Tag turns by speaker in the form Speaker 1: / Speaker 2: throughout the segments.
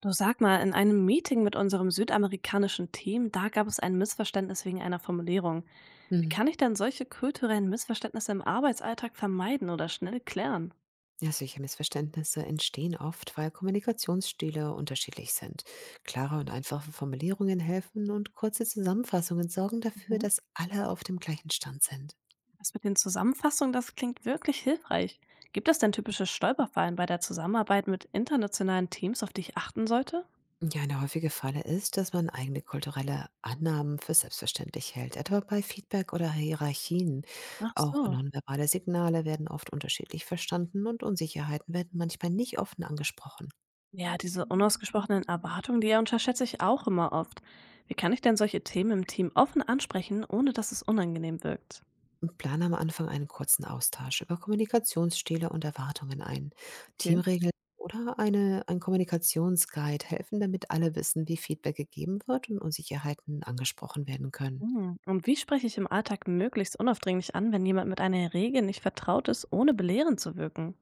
Speaker 1: Du sag mal, in einem Meeting mit unserem südamerikanischen Team, da gab es ein Missverständnis wegen einer Formulierung. Wie
Speaker 2: Mhm.
Speaker 1: kann ich denn solche kulturellen Missverständnisse im Arbeitsalltag vermeiden oder schnell klären?
Speaker 2: Ja, solche Missverständnisse entstehen oft, weil Kommunikationsstile unterschiedlich sind. Klare und einfache Formulierungen helfen und kurze Zusammenfassungen sorgen dafür,
Speaker 1: Mhm.
Speaker 2: dass alle auf dem gleichen Stand sind.
Speaker 1: Das mit den Zusammenfassungen, das klingt wirklich hilfreich. Gibt es denn typische Stolperfallen bei der Zusammenarbeit mit internationalen Teams, auf die ich achten sollte?
Speaker 2: Ja, eine häufige Falle ist, dass man eigene kulturelle Annahmen für selbstverständlich hält, etwa bei Feedback oder Hierarchien.
Speaker 1: Ach
Speaker 2: Auch
Speaker 1: so.
Speaker 2: nonverbale Signale werden oft unterschiedlich verstanden und Unsicherheiten werden manchmal nicht offen angesprochen.
Speaker 1: Ja, diese unausgesprochenen Erwartungen, die unterschätze ich auch immer oft. Wie kann ich denn solche Themen im Team offen ansprechen, ohne dass es unangenehm wirkt?
Speaker 2: Und plane am Anfang einen kurzen Austausch über Kommunikationsstile und Erwartungen ein.
Speaker 1: Okay.
Speaker 2: Teamregeln oder ein Kommunikationsguide helfen, damit alle wissen, wie Feedback gegeben wird und Unsicherheiten angesprochen werden können.
Speaker 1: Mhm. Und wie spreche ich im Alltag möglichst unaufdringlich an, wenn jemand mit einer Regel nicht vertraut ist, ohne belehrend zu wirken?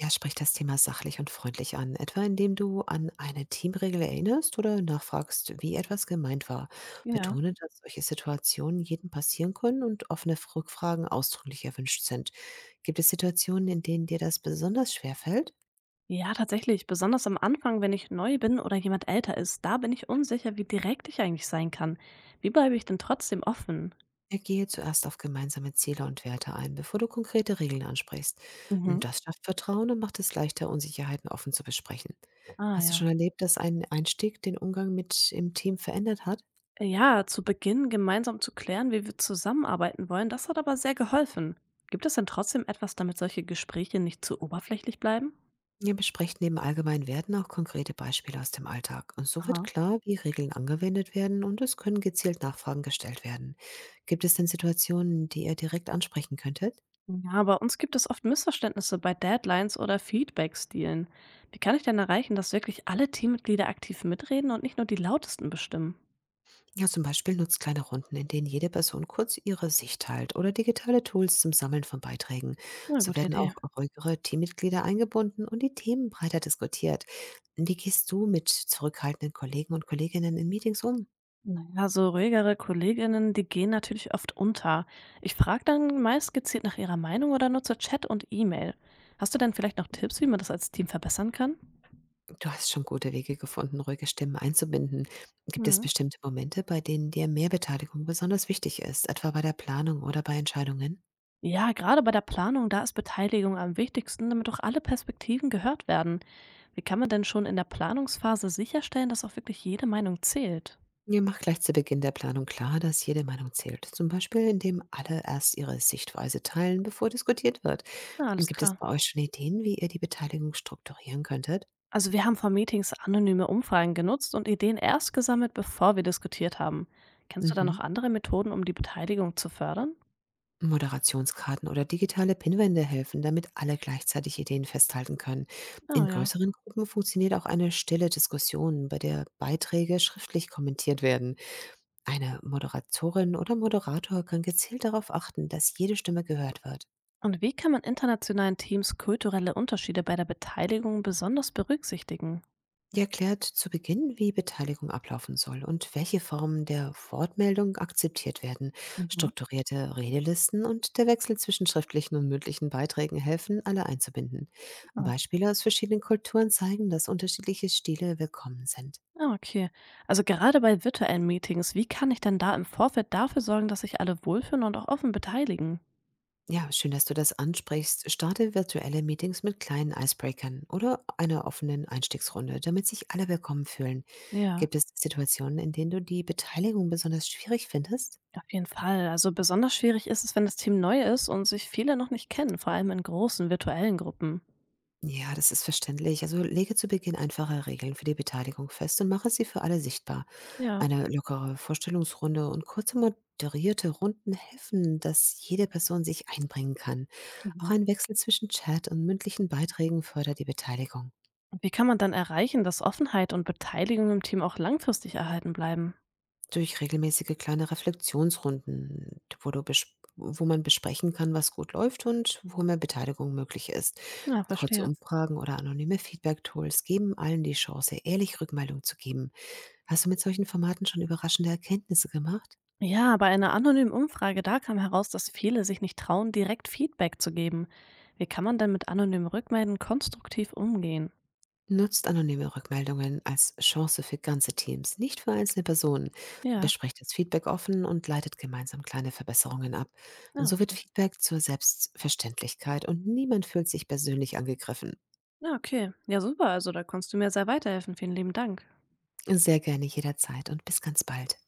Speaker 2: Ja, sprich das Thema sachlich und freundlich an, etwa indem du an eine Teamregel erinnerst oder nachfragst, wie etwas gemeint war.
Speaker 1: Ja.
Speaker 2: Betone, dass solche Situationen jedem passieren können und offene Rückfragen ausdrücklich erwünscht sind. Gibt es Situationen, in denen dir das besonders schwer fällt?
Speaker 1: Ja, tatsächlich. Besonders am Anfang, wenn ich neu bin oder jemand älter ist, da bin ich unsicher, wie direkt ich eigentlich sein kann. Wie bleibe ich denn trotzdem offen?
Speaker 2: Er gehe zuerst auf gemeinsame Ziele und Werte ein, bevor du konkrete Regeln ansprichst.
Speaker 1: Mhm.
Speaker 2: Und das schafft Vertrauen und macht es leichter, Unsicherheiten offen zu besprechen.
Speaker 1: Ah
Speaker 2: Hast du
Speaker 1: ja.
Speaker 2: schon erlebt, dass ein Einstieg den Umgang mit im Team verändert hat?
Speaker 1: Ja, zu Beginn gemeinsam zu klären, wie wir zusammenarbeiten wollen, das hat aber sehr geholfen. Gibt es denn trotzdem etwas, damit solche Gespräche nicht zu oberflächlich bleiben?
Speaker 2: Ihr besprecht neben allgemeinen Werten auch konkrete Beispiele aus dem Alltag. Und so wird
Speaker 1: Aha.
Speaker 2: klar, wie Regeln angewendet werden und es können gezielt Nachfragen gestellt werden. Gibt es denn Situationen, die ihr direkt ansprechen könntet?
Speaker 1: Ja, bei uns gibt es oft Missverständnisse bei Deadlines oder Feedback-Stilen. Wie kann ich denn erreichen, dass wirklich alle Teammitglieder aktiv mitreden und nicht nur die lautesten bestimmen?
Speaker 2: Ja, zum Beispiel nutzt kleine Runden, in denen jede Person kurz ihre Sicht teilt oder digitale Tools zum Sammeln von Beiträgen.
Speaker 1: Na,
Speaker 2: So
Speaker 1: gute
Speaker 2: werden auch
Speaker 1: Idee.
Speaker 2: ruhigere Teammitglieder eingebunden und die Themen breiter diskutiert. Wie gehst du mit zurückhaltenden Kollegen und Kolleginnen in Meetings um?
Speaker 1: Naja, so ruhigere Kolleginnen, die gehen natürlich oft unter. Ich frage dann meist gezielt nach ihrer Meinung oder nutze Chat und E-Mail. Hast du denn vielleicht noch Tipps, wie man das als Team verbessern kann?
Speaker 2: Du hast schon gute Wege gefunden, ruhige Stimmen einzubinden. Gibt es
Speaker 1: Mhm.
Speaker 2: bestimmte Momente, bei denen dir mehr Beteiligung besonders wichtig ist, etwa bei der Planung oder bei Entscheidungen?
Speaker 1: Ja, gerade bei der Planung, da ist Beteiligung am wichtigsten, damit auch alle Perspektiven gehört werden. Wie kann man denn schon in der Planungsphase sicherstellen, dass auch wirklich jede Meinung zählt?
Speaker 2: Ihr macht gleich zu Beginn der Planung klar, dass jede Meinung zählt. Zum Beispiel, indem alle erst ihre Sichtweise teilen, bevor diskutiert wird.
Speaker 1: Na, alles
Speaker 2: Gibt es
Speaker 1: klar.
Speaker 2: bei euch schon Ideen, wie ihr die Beteiligung strukturieren könntet?
Speaker 1: Also wir haben vor Meetings anonyme Umfragen genutzt und Ideen erst gesammelt, bevor wir diskutiert haben. Kennst du da
Speaker 2: Mhm.
Speaker 1: noch andere Methoden, um die Beteiligung zu fördern?
Speaker 2: Moderationskarten oder digitale Pinwände helfen, damit alle gleichzeitig Ideen festhalten können. In
Speaker 1: Ah ja.
Speaker 2: größeren Gruppen funktioniert auch eine stille Diskussion, bei der Beiträge schriftlich kommentiert werden. Eine Moderatorin oder Moderator kann gezielt darauf achten, dass jede Stimme gehört wird.
Speaker 1: Und wie kann man internationalen Teams kulturelle Unterschiede bei der Beteiligung besonders berücksichtigen?
Speaker 2: Die erklärt zu Beginn, wie Beteiligung ablaufen soll und welche Formen der Wortmeldung akzeptiert werden.
Speaker 1: Mhm.
Speaker 2: Strukturierte Redelisten und der Wechsel zwischen schriftlichen und mündlichen Beiträgen helfen, alle einzubinden. Beispiele aus verschiedenen Kulturen zeigen, dass unterschiedliche Stile willkommen sind.
Speaker 1: Ah, okay. Also gerade bei virtuellen Meetings, wie kann ich denn da im Vorfeld dafür sorgen, dass sich alle wohlfühlen und auch offen beteiligen?
Speaker 2: Ja, schön, dass du das ansprichst. Starte virtuelle Meetings mit kleinen Icebreakern oder einer offenen Einstiegsrunde, damit sich alle willkommen fühlen.
Speaker 1: Ja,
Speaker 2: Gibt es Situationen, in denen du die Beteiligung besonders schwierig findest?
Speaker 1: auf jeden Fall. Also besonders schwierig ist es, wenn das Team neu ist und sich viele noch nicht kennen, vor allem in großen virtuellen Gruppen.
Speaker 2: Ja, das ist verständlich. Also lege zu Beginn einfache Regeln für die Beteiligung fest und mache sie für alle sichtbar.
Speaker 1: Ja.
Speaker 2: Eine lockere Vorstellungsrunde und kurze moderierte Runden helfen, dass jede Person sich einbringen kann. Auch
Speaker 1: Mhm.
Speaker 2: ein Wechsel zwischen Chat und mündlichen Beiträgen fördert die Beteiligung.
Speaker 1: Und wie kann man dann erreichen, dass Offenheit und Beteiligung im Team auch langfristig erhalten bleiben?
Speaker 2: Durch regelmäßige kleine Reflexionsrunden, wo man besprechen kann, was gut läuft und wo mehr Beteiligung möglich ist.
Speaker 1: Ja,
Speaker 2: Kurze
Speaker 1: verstehe.
Speaker 2: Umfragen oder anonyme Feedback-Tools geben allen die Chance, ehrlich Rückmeldung zu geben. Hast du mit solchen Formaten schon überraschende Erkenntnisse gemacht?
Speaker 1: Ja, bei einer anonymen Umfrage, da kam heraus, dass viele sich nicht trauen, direkt Feedback zu geben. Wie kann man denn mit anonymen Rückmelden konstruktiv umgehen?
Speaker 2: Nutzt anonyme Rückmeldungen als Chance für ganze Teams, nicht für einzelne Personen.
Speaker 1: Ja.
Speaker 2: Besprecht das Feedback offen und leitet gemeinsam kleine Verbesserungen ab. Und
Speaker 1: Ah,
Speaker 2: so wird
Speaker 1: okay.
Speaker 2: Feedback zur Selbstverständlichkeit und niemand fühlt sich persönlich angegriffen.
Speaker 1: Ja, okay. Ja, super. Also, da konntest du mir sehr weiterhelfen. Vielen lieben Dank.
Speaker 2: Sehr gerne jederzeit und bis ganz bald.